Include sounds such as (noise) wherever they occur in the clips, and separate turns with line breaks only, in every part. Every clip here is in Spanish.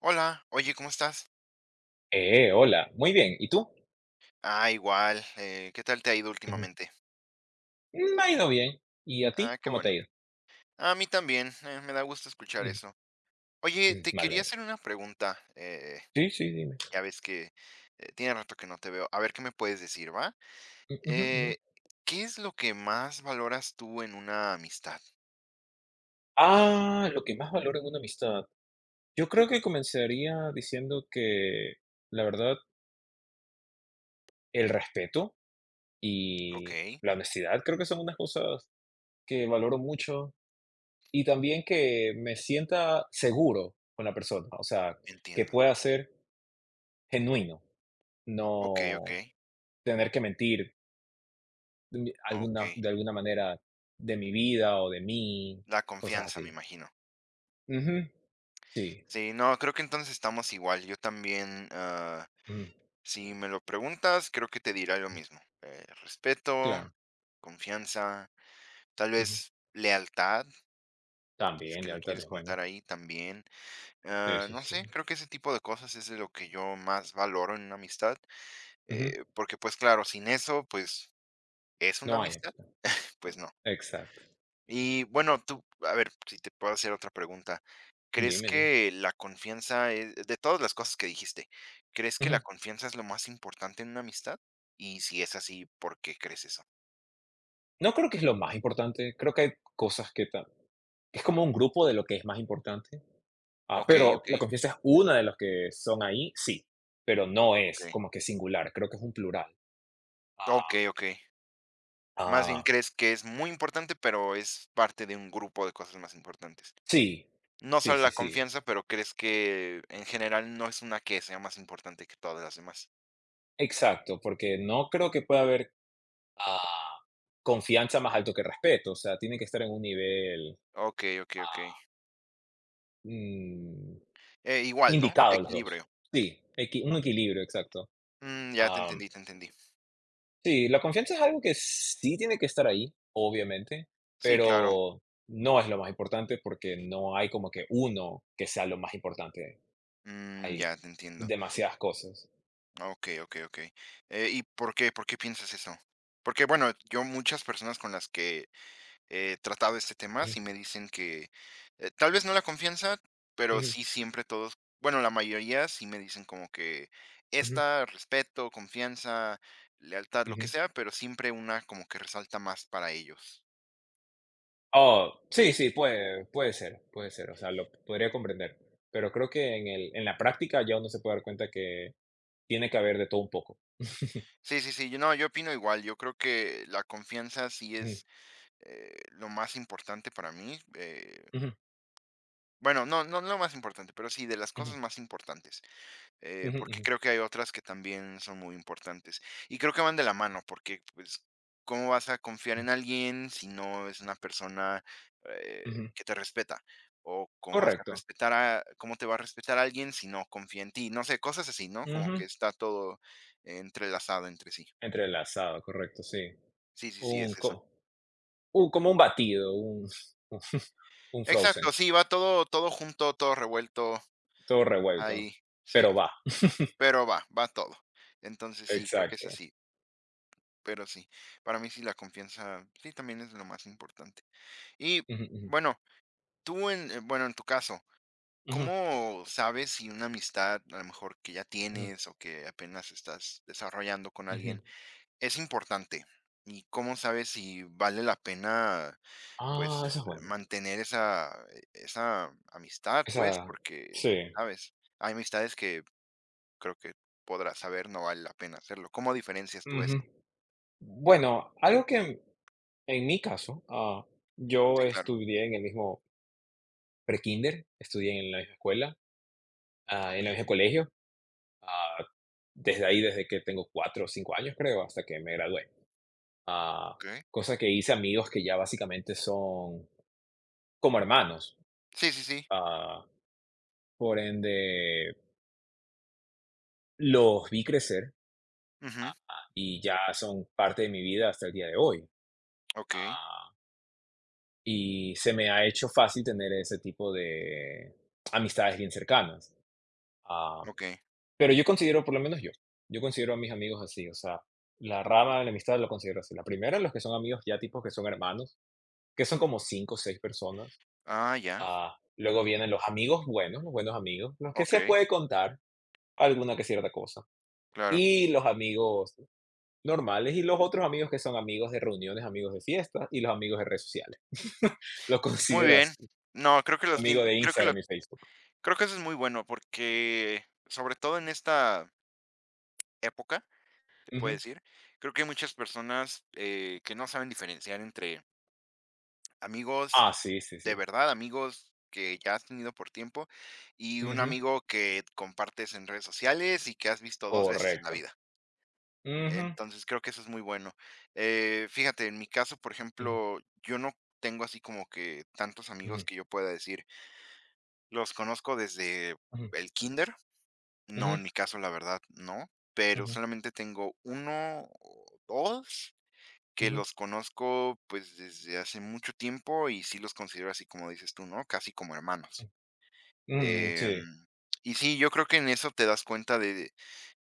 Hola, oye, ¿cómo estás?
Hola, muy bien. ¿Y tú?
Ah, igual, ¿qué tal te ha ido
Ujú.
últimamente?
Me ha ido bien. ¿Y a
Ah,
ti?
qué
¿Cómo te
bueno.
ha ido?
A mí también, me da gusto escuchar
Mm,
eso. Oye,
mm,
te quería
vale.
hacer una pregunta.
Sí, sí, dime.
Ya ves que tiene rato que no te veo. A ver qué me puedes decir, ¿va?
Mm, ujú, ujú.
Eh, ¿Qué es lo que más valoras tú en una amistad?
Lo que más valoro en una amistad. Yo creo que comenzaría diciendo que, la verdad, el respeto y
Ok,
la honestidad creo que son unas cosas que valoro mucho y también que me sienta seguro con la persona, o sea, que
entiendo.
pueda ser genuino,
Ok, ok,
no tener que mentir de mi
ok.
alguna de alguna manera de mi vida o de mí,
La
cosas
confianza, me
así.
imagino.
Ujú. Sí,
Sí, no, creo que entonces estamos igual. Yo también.
ujú,
Si me lo preguntas, creo que te dirá lo mismo. Respeto,
claro,
confianza, tal
ujú.
vez lealtad, si es
También
que lo
lealtad
quieres
es bueno.
contar ahí también.
Sí,
Ah,
sí,
no
sí.
sé, creo que ese tipo de cosas es de lo que yo más valoro en una amistad,
Ujú.
porque pues claro, sin eso, pues es una
No hay
amistad,
amistad.
pues no.
Exacto.
Y bueno, tú, a ver, si te puedo hacer otra pregunta. ¿Crees
Dime, dime.
que la confianza es, de todas las cosas que dijiste, ¿crees que la
Ujú.
confianza es lo más importante en una amistad? Y si es así, ¿por qué crees eso?
No creo que es lo más importante, creo que hay cosas que ta es como un grupo de lo que es más importante,
Okey,
pero la
okey,
confianza es una de los que son ahí, sí, pero no es
okey.
como que singular, creo que es un plural. Ah,
Okey, okey. Más bien
ah,
crees que es muy importante, pero es parte de un grupo de cosas más importantes.
sí,
No
sí,
solo la
sí, sí.
confianza, pero crees que en general no es una que sea más importante que todas las demás.
Exacto, porque no creo que pueda haber, ah, confianza más alto que respeto, o sea, tienen que estar en un nivel,
Okey, okey, okey.
ah, mm,
Igual, ¿no?
indicado los 2.
Equilibrio.
Sí, equi un equilibrio, exacto.
Mm, ya te
Am,
entendí, te entendí.
sí, la confianza es algo que sí tiene que estar ahí, obviamente,
Sí, claro.
pero no es lo más importante porque no hay como que uno que sea lo más importante.
Mm,
Hay
ya te entiendo.
demasiadas cosas.
Okey, okey, okey. ¿Y por qué? ¿Por qué piensas eso? Porque, bueno, yo muchas personas con las que tratado este tema,
Ujú,
sí me dicen que, tal vez no la confianza, pero
ujú,
sí siempre todos, bueno, la mayoría sí me dicen como que
ujú,
esta, respeto, confianza, lealtad, lo que
ujú.
sea, pero siempre una como que resalta más para ellos.
Oh, sí, sí, puede ser, puede ser, o sea, lo podría comprender, pero creo que en la práctica ya uno se puede dar cuenta que tiene que haber de todo un poco. (laughs)
Sí, sí, sí, yo no, yo opino igual, yo creo que la confianza sí
Ujú,
es lo más importante para mí.
ujú,
Bueno, no, no, no lo más importante, pero sí de las cosas
ujú,
más importantes.
ujú,
Porque
ujú,
creo que hay otras que también son muy importantes. Y creo que van de la mano, porque pues, ¿cómo vas a confiar
ujú.
en alguien si no es una persona eh, que te respeta? O cómo vas a
Correcto.
cómo te va a respetar alguien si no confía en ti. No sé, cosas así, ¿no? Como
Ujú.
que está todo entrelazado entre sí.
Entrelazado, correcto, sí.
Sí, sí, sí,
Un
es
co
eso.
un como un batido, un (laughs) un
Exacto,
frozen,
sí, va todo, todo junto, todo revuelto
todo revuelto,
ahí. Sí,
pero va.
pero va, va todo. Entonces sí, creo que es
Exacto.
así. Pero sí, para mí sí la confianza, sí, también es lo más importante. Y
Ujú, ujú,
bueno, tú, en tu caso,
ujú,
¿cómo sabes si una amistad, a lo mejor que ya
ujú,
tienes o que apenas estás desarrollando con
ujú.
alguien, es importante? ¿Y cómo sabes si vale la pena, pues,
Esa es buena.
mantener esa amistad, pues?
Esa
Porque,
sí.
sabes, hay amistades que creo que podrás saber no vale la pena hacerlo. ¿Cómo diferencias tú
Ujú.
eso?
Bueno, algo que en mi caso, yo
Sí, claro.
estudié en el mismo prekinder, estudié en la misma escuela,
Ok,
en el mismo colegio, ah, desde ahí, desde que tengo 4 o 5 años, creo, hasta que me gradué. Ah,
ok.
Cosa que hice amigos que ya básicamente son como hermanos.
Sí, sí, sí.
Ah, por ende, los vi crecer
Ujú,
y ya son parte de mi vida hasta el día de hoy.
okey,
Ah, y se me ha hecho fácil tener ese tipo de amistades bien cercanas. Ah,
okey.
pero yo considero, por lo menos yo considero a mis amigos así, o sea, la rama de la amistad lo considero así. La primera, los que son amigos ya tipos que son hermanos, que son como 5 o 6 personas.
Ah, ya,
Luego vienen los amigos buenos, los buenos amigos, los que se
okey,
puede contar alguna que cierta cosa.
claro.
Y los amigos normales y los otros amigos que son amigos de reuniones, amigos de fiestas y los amigos de redes sociales. (laughs) Los
Muy
considero
bien.
así,
No, creo que los
amigo de
tien creo que lo
Instagram y Facebook.
creo que eso es muy bueno, porque, sobre todo en esta época, te puedo
Ujú.
decir, creo que hay muchas personas, que no saben diferenciar entre amigos
Sí, sí, sí.
de verdad, amigos que ya has tenido por tiempo, y un
Ujú.
amigo que compartes en redes sociales y que has visto 2 veces en la
Correcto.
vida.
Ujú,
Entonces, creo que eso es muy bueno. Fíjate, en mi caso, por
ujú,
ejemplo, yo no tengo así como que tantos amigos
ujú.
que yo pueda decir, los conozco desde
Ujú,
el kinder. No,
ujú,
en mi caso, la verdad, no. Pero
ujú,
solamente tengo uno o dos que
ujú,
los conozco pues desde hace mucho tiempo y sí los considero así como dices tú, ¿no? Casi como hermanos.
mm, mm, sí,
Em, y sí, yo creo que en eso te das cuenta de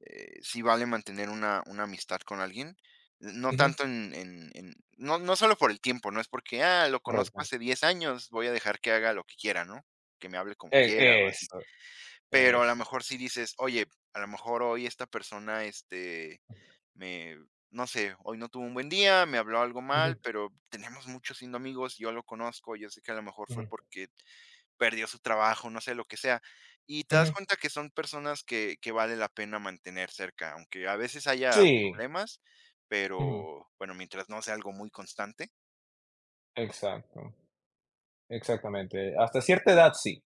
sí vale mantener una amistad con alguien. No
ujú,
tanto en, no, no solo por el tiempo, no es porque, ah, lo conozco
correcto.
hace 10 años, voy a dejar que haga lo que quiera, ¿no? Que me hable como quiera, o así.
Eso,
Pero a lo
eso.
mejor sí dices, oye, a lo mejor hoy esta persona, este, me, no sé, hoy no tuvo un buen día, me habló algo
Ujú,
mal, pero tenemos muchos siendo amigos, yo lo conozco, yo sé que a lo mejor fue
ujú,
porque perdió su trabajo, no sé, lo que sea. Y te das
ujú.
cuenta que son personas que vale la pena mantener cerca, aunque a veces haya
Sí,
problemas,
ujú,
pero bueno, mientras no sea algo muy constante.
exacto, exactamente. Hasta cierta edad sí,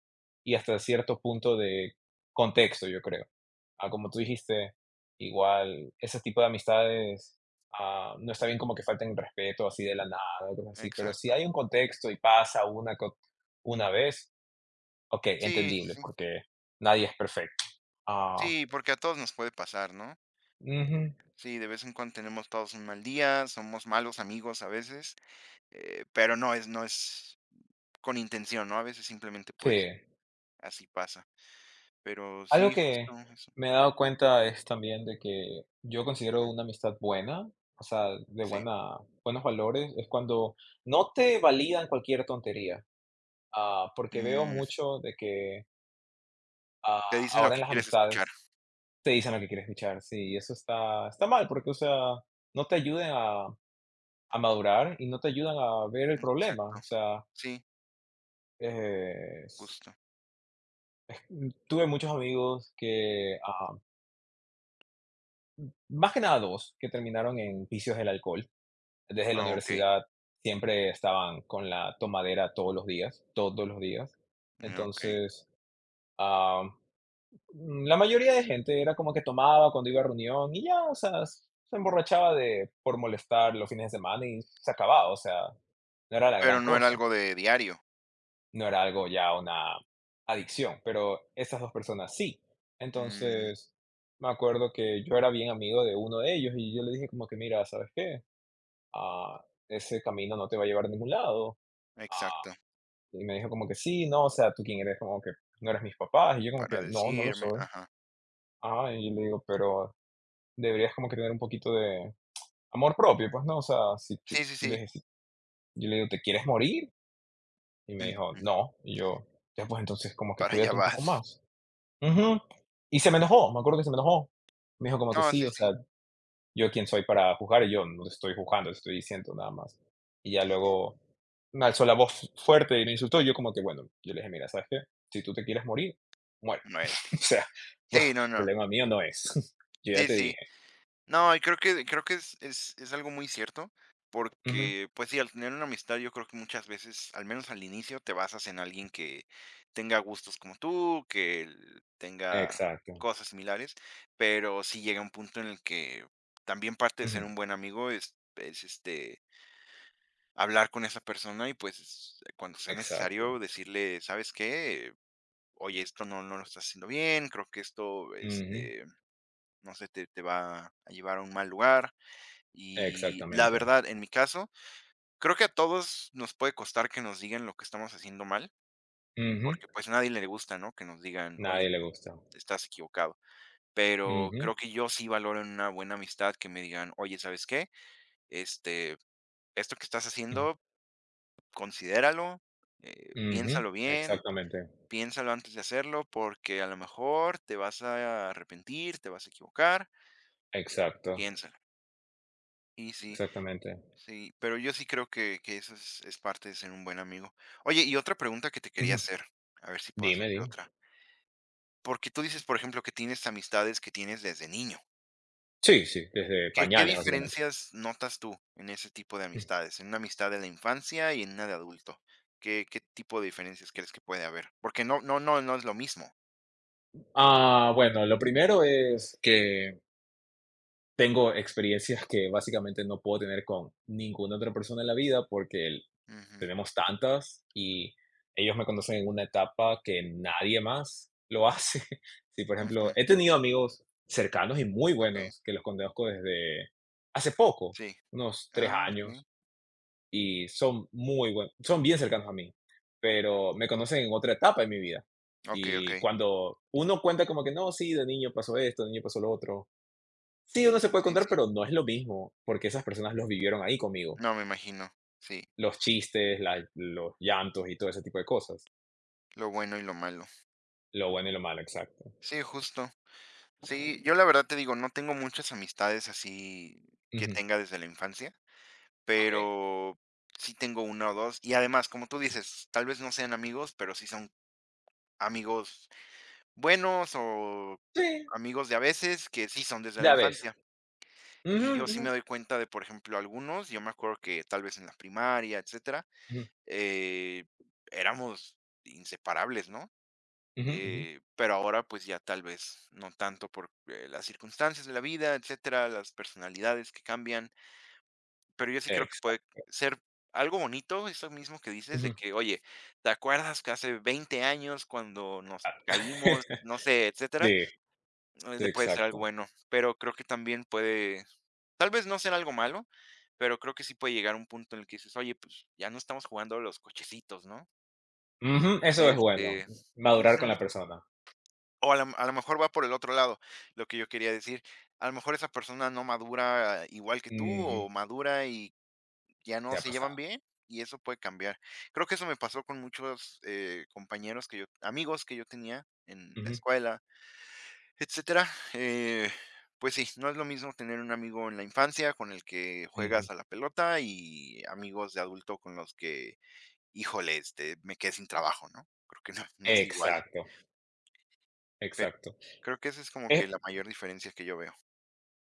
y hasta cierto punto de contexto, yo creo. Como tú dijiste, igual ese tipo de amistades, no está bien como que falten el respeto así de la nada, cosas así, pero si
Exacto.
hay un contexto y pasa una vez, okey,
Sí,
entendible, porque nadie es perfecto. Ah,
sí, porque a todos nos puede pasar, ¿no?
Ujú,
Sí, de vez en cuando tenemos todos un mal día, somos malos amigos a veces, pero no es con intención, ¿no? A veces simplemente,
sí.
pues, así pasa. Pero
Algo
sí, justo
que
eso.
me he dado cuenta es también de que yo considero una amistad buena, o sea, de
Sí.
buena buenos valores, es cuando no te validan cualquier tontería, porque veo
Mm,
mucho de que,
te dicen lo
ahora en
que
las
quieres escuchar.
amistades te dicen lo que quieres escuchar, sí, y eso está mal, porque, o sea, no te ayudan a madurar y no te ayudan a ver el problema,
Exacto.
o sea,
Sí,
eh, s-
justo.
tuve muchos amigos que, ah más que nada, 2 que terminaron en vicios del alcohol. Desde la
Ah, okey,
universidad siempre estaban con la tomadera todos los días, todos los días.
mm, ok.
Entonces, am, la mayoría de gente era como que tomaba cuando iba a reunión y ya, o sea, se emborrachaba de por molestar los fines de semana y se acababa, o sea, no era la
Pero
gran
no era
cosa,
algo de diario.
no era algo ya una adicción, pero esas 2 personas sí.
Mm,
Entonces, me acuerdo que yo era bien amigo de uno de ellos y yo le dije como que: "Mira, ¿sabes qué? ah, Ese camino no te va a llevar a ningún lado.
exacto,
Ah, y me dijo como que sí, no, o sea, ¿tú quién eres? Como que no eres mis papás. Y yo como
para
que no, no lo
decirme
soy.
ajá.
Y yo le digo, pero deberías como que tener un poquito de amor propio, pues no, o sea, si yo,
Sí, sí,
yo le
sí,
dije, Yo le digo, ¿te quieres morir? Y me dijo,
(laughs)
no. Y yo, ya pues entonces como que
para allá
cuídate un poco
vas.
más. Ujú. Y se me enojó, me acuerdo que se me enojó. Me dijo como que
No,
sí,
sí,
o sea,
sí,
yo quién soy para juzgar, y yo no te estoy juzgando, te estoy diciendo nada más. Y ya luego me alzó la voz fuerte y me insultó, y yo como que, bueno, yo le dije, mira, ¿sabes qué? Si tú te quieres morir, muere. (laughs) O
muérete.
sea, pro-
Sí, no, no.
problema mío no es. (laughs) Yo ya
Sí,
te
sí.
dije.
No, y creo que es algo muy cierto,
Ujú.
porque, pues sí, al tener una amistad, yo creo que muchas veces, al menos al inicio, te basas en alguien que tenga gustos como tú, que el tenga
Exacto.
cosas similares, pero sí llega un punto en el que también parte de
Ujú.
ser un buen amigo es, este, hablar con esa persona y, pues, cuando sea
Exacto.
necesario decirle: "¿Sabes qué? Oye, esto no lo estás haciendo bien, creo que esto,
Ujú.
este, no sé, te va a llevar a un mal lugar". Y la
Exactamente.
verdad, en mi caso, creo que a todos nos puede costar que nos digan lo que estamos haciendo mal,
Ujú.
porque pues a nadie le gusta, ¿no? Que nos digan, oye,
Nadie le gusta.
estás equivocado. Pero
Ujú,
creo que yo sí valoro en una buena amistad que me digan, oye, ¿sabes qué? Este, esto que estás
ujú,
haciendo, considéralo,
ujú.
piénsalo bien,
Exactamente.
piénsalo antes de hacerlo, porque a lo mejor te vas a arrepentir, te vas a equivocar,
Exacto.
piénsalo. Y sí,
Exactamente.
Sí, pero yo sí creo que eso es parte de ser un buen amigo. Oye, y otra pregunta que te quería
Ujú.
hacer, a ver si puedo
Dime,
hacerte
dime.
otra. Porque tú dices, por ejemplo, que tienes amistades que tienes desde niño.
Sí, sí, desde
¿Qué
pañales, básicamente.
diferencias notas tú en ese tipo de amistades? En una amistad de la infancia y en una de adulto. ¿Qué tipo de diferencias crees que puede haber? Porque no, no, no, no es lo mismo.
Bueno, lo primero es que tengo experiencias que básicamente no puedo tener con ninguna otra persona en la vida porque
Ujú,
tenemos tantas y ellos me conocen en una etapa que nadie más lo hace. (laughs) Sí, por
ujú,
ejemplo, he tenido amigos cercanos y muy
ok,
buenos que los conozco desde hace poco,
sí.
unos tres
Ah, ok.
años, y son muy buen son bien cercanos a mí, pero me conocen en otra etapa de mi vida.
Ok, ok.
Y cuando uno cuenta como que no, sí, de niño pasó esto, de niño pasó lo otro. Sí, uno se puede
Sí,
contar,
sí.
pero no es lo mismo, porque esas personas los vivieron ahí conmigo.
No, me imagino. Sí,
Los chistes, los llantos y todo ese tipo de cosas.
lo bueno y lo malo.
Lo bueno y lo malo, exacto.
Sí, justo. Sí, yo la verdad te digo, no tengo muchas amistades así que
Ujú.
tenga desde la infancia,
Ok.
pero sí tengo una o dos. Y además, como tú dices, tal vez no sean amigos, pero sí son amigos buenos o
Sí,
amigos de a veces que sí son desde la
de a veces.
infancia. Y yo
Ujú,
sí me
ujú,
doy cuenta de, por ejemplo, algunos, yo me acuerdo que tal vez en la primaria, etcétera,
ujú,
eh, éramos inseparables, ¿no?
ujú, ujú.
Pero ahora, pues ya tal vez no tanto por las circunstancias de la vida, etcétera, las personalidades que cambian, pero yo sí creo que puede
Exacto.
ser algo bonito, eso mismo que dices, de
Ujú.
que, oye, ¿te acuerdas que hace 20 años cuando nos caímos, no sé,
(laughs)
etcétera?
Sí, sí,
Puede ser algo
exacto.
bueno, pero creo que también puede, tal vez no ser algo malo, pero creo que sí puede llegar un punto en el que dices, oye, pues ya no estamos jugando a los cochecitos, ¿no?
Ujú. Eso es bueno,
Este,
madurar con
ujú,
la persona.
o a lo mejor va por el otro lado, lo que yo quería decir. A lo mejor esa persona no madura igual que tú,
Ujú.
o madura y ya no
Se ha
se llevan
pasado.
bien, y eso puede cambiar. Creo que eso me pasó con muchos, compañeros que yo amigos que yo tenía en la
Ujú,
escuela, etcétera. Eh, pues sí, no es lo mismo tener un amigo en la infancia con el que juegas
ujú.
a la pelota y amigos de adulto con los que, híjole, este, me quedé sin trabajo, ¿no? Creo que no es igual,
Exacto,
pero
exacto.
creo que esa es como
Es
que la mayor diferencia que yo veo.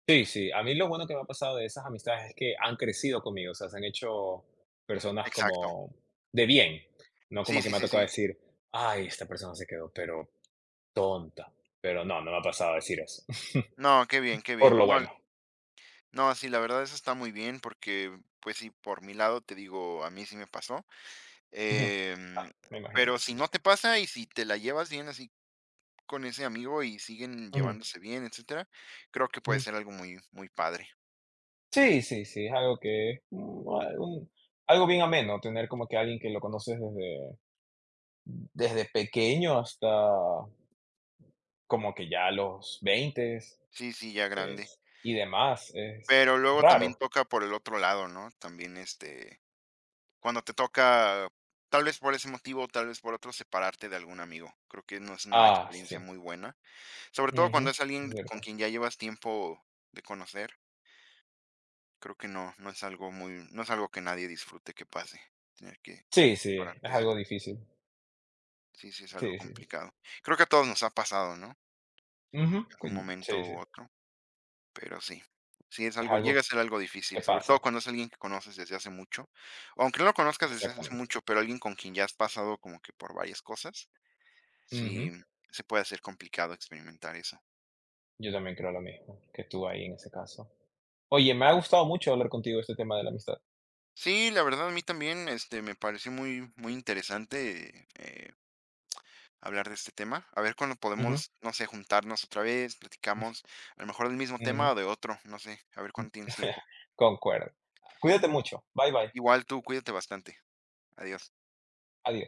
Sí, sí, a mí lo bueno que me ha pasado de esas amistades es que han crecido conmigo, o sea, se han hecho personas
Exacto.
como de bien, no
Sí,
como que
sí,
me ha
sí,
tocado
sí.
decir: "Ay, esta persona se quedó, pero tonta", pero no, no me ha pasado decir eso, (laughs)
No, qué bien, qué
por
bien.
lo
No,
bueno.
no, sí, la verdad eso está muy bien porque, pues sí, por mi lado te digo, a mí sí me pasó.
Ujú.
Em,
Me imagino.
pero si no te pasa y si te la llevas bien así con ese amigo y siguen
Ujú,
llevándose bien, etcétera, creo que puede
ujú.
ser algo muy, muy padre.
Sí, sí, sí, es algo que, es algo bien ameno, tener como que alguien que lo conoces desde pequeño hasta como que ya a los 20 es
Sí, sí, ya grande.
y demás, es
Pero luego también
raro.
toca por el otro lado, ¿no? También este, cuando te toca, tal vez por ese motivo, tal vez por otro, separarte de algún amigo. Creo que no es una
Sí.
experiencia muy buena. Sobre todo cuando
Ujú,
es
es
alguien con
cierto.
quien ya llevas tiempo de conocer, creo que no, no es algo que nadie disfrute que pase, tener que
Sí, sí, es
pararte de
algo
alguien.
difícil.
Sí, sí, es algo
Sí, sí, sí.
complicado. Creo que a todos nos ha pasado, ¿no?
Ujú,
Algún
cuen
momento
sí, sí,
u otro, pero sí. Sí,
es
llega
algo
a ser algo difícil,
que
sobre todo
pasa.
cuando es alguien que conoces desde hace mucho, o aunque no lo conozcas desde hace
Exactamente.
mucho, pero alguien con quien ya has pasado como que por varias cosas, sí,
Ujú,
se puede hacer complicado experimentar eso.
yo también creo lo mismo que tú ahí en ese caso. Oye, me ha gustado mucho hablar contigo de este tema de la amistad.
Sí, la verdad a mí también, este, me pareció muy, muy interesante, hablar de este tema. A ver cuándo
Ujú,
podemos, no sé, juntarnos otra vez, platicamos, a lo mejor del mismo tema
ujú,
o de otro, no sé, a ver cuándo tienes
(laughs)
tiempo.
concuerdo. Cuídate mucho. Bye, bye.
Igual tú, cuídate bastante. Adiós.
Adiós.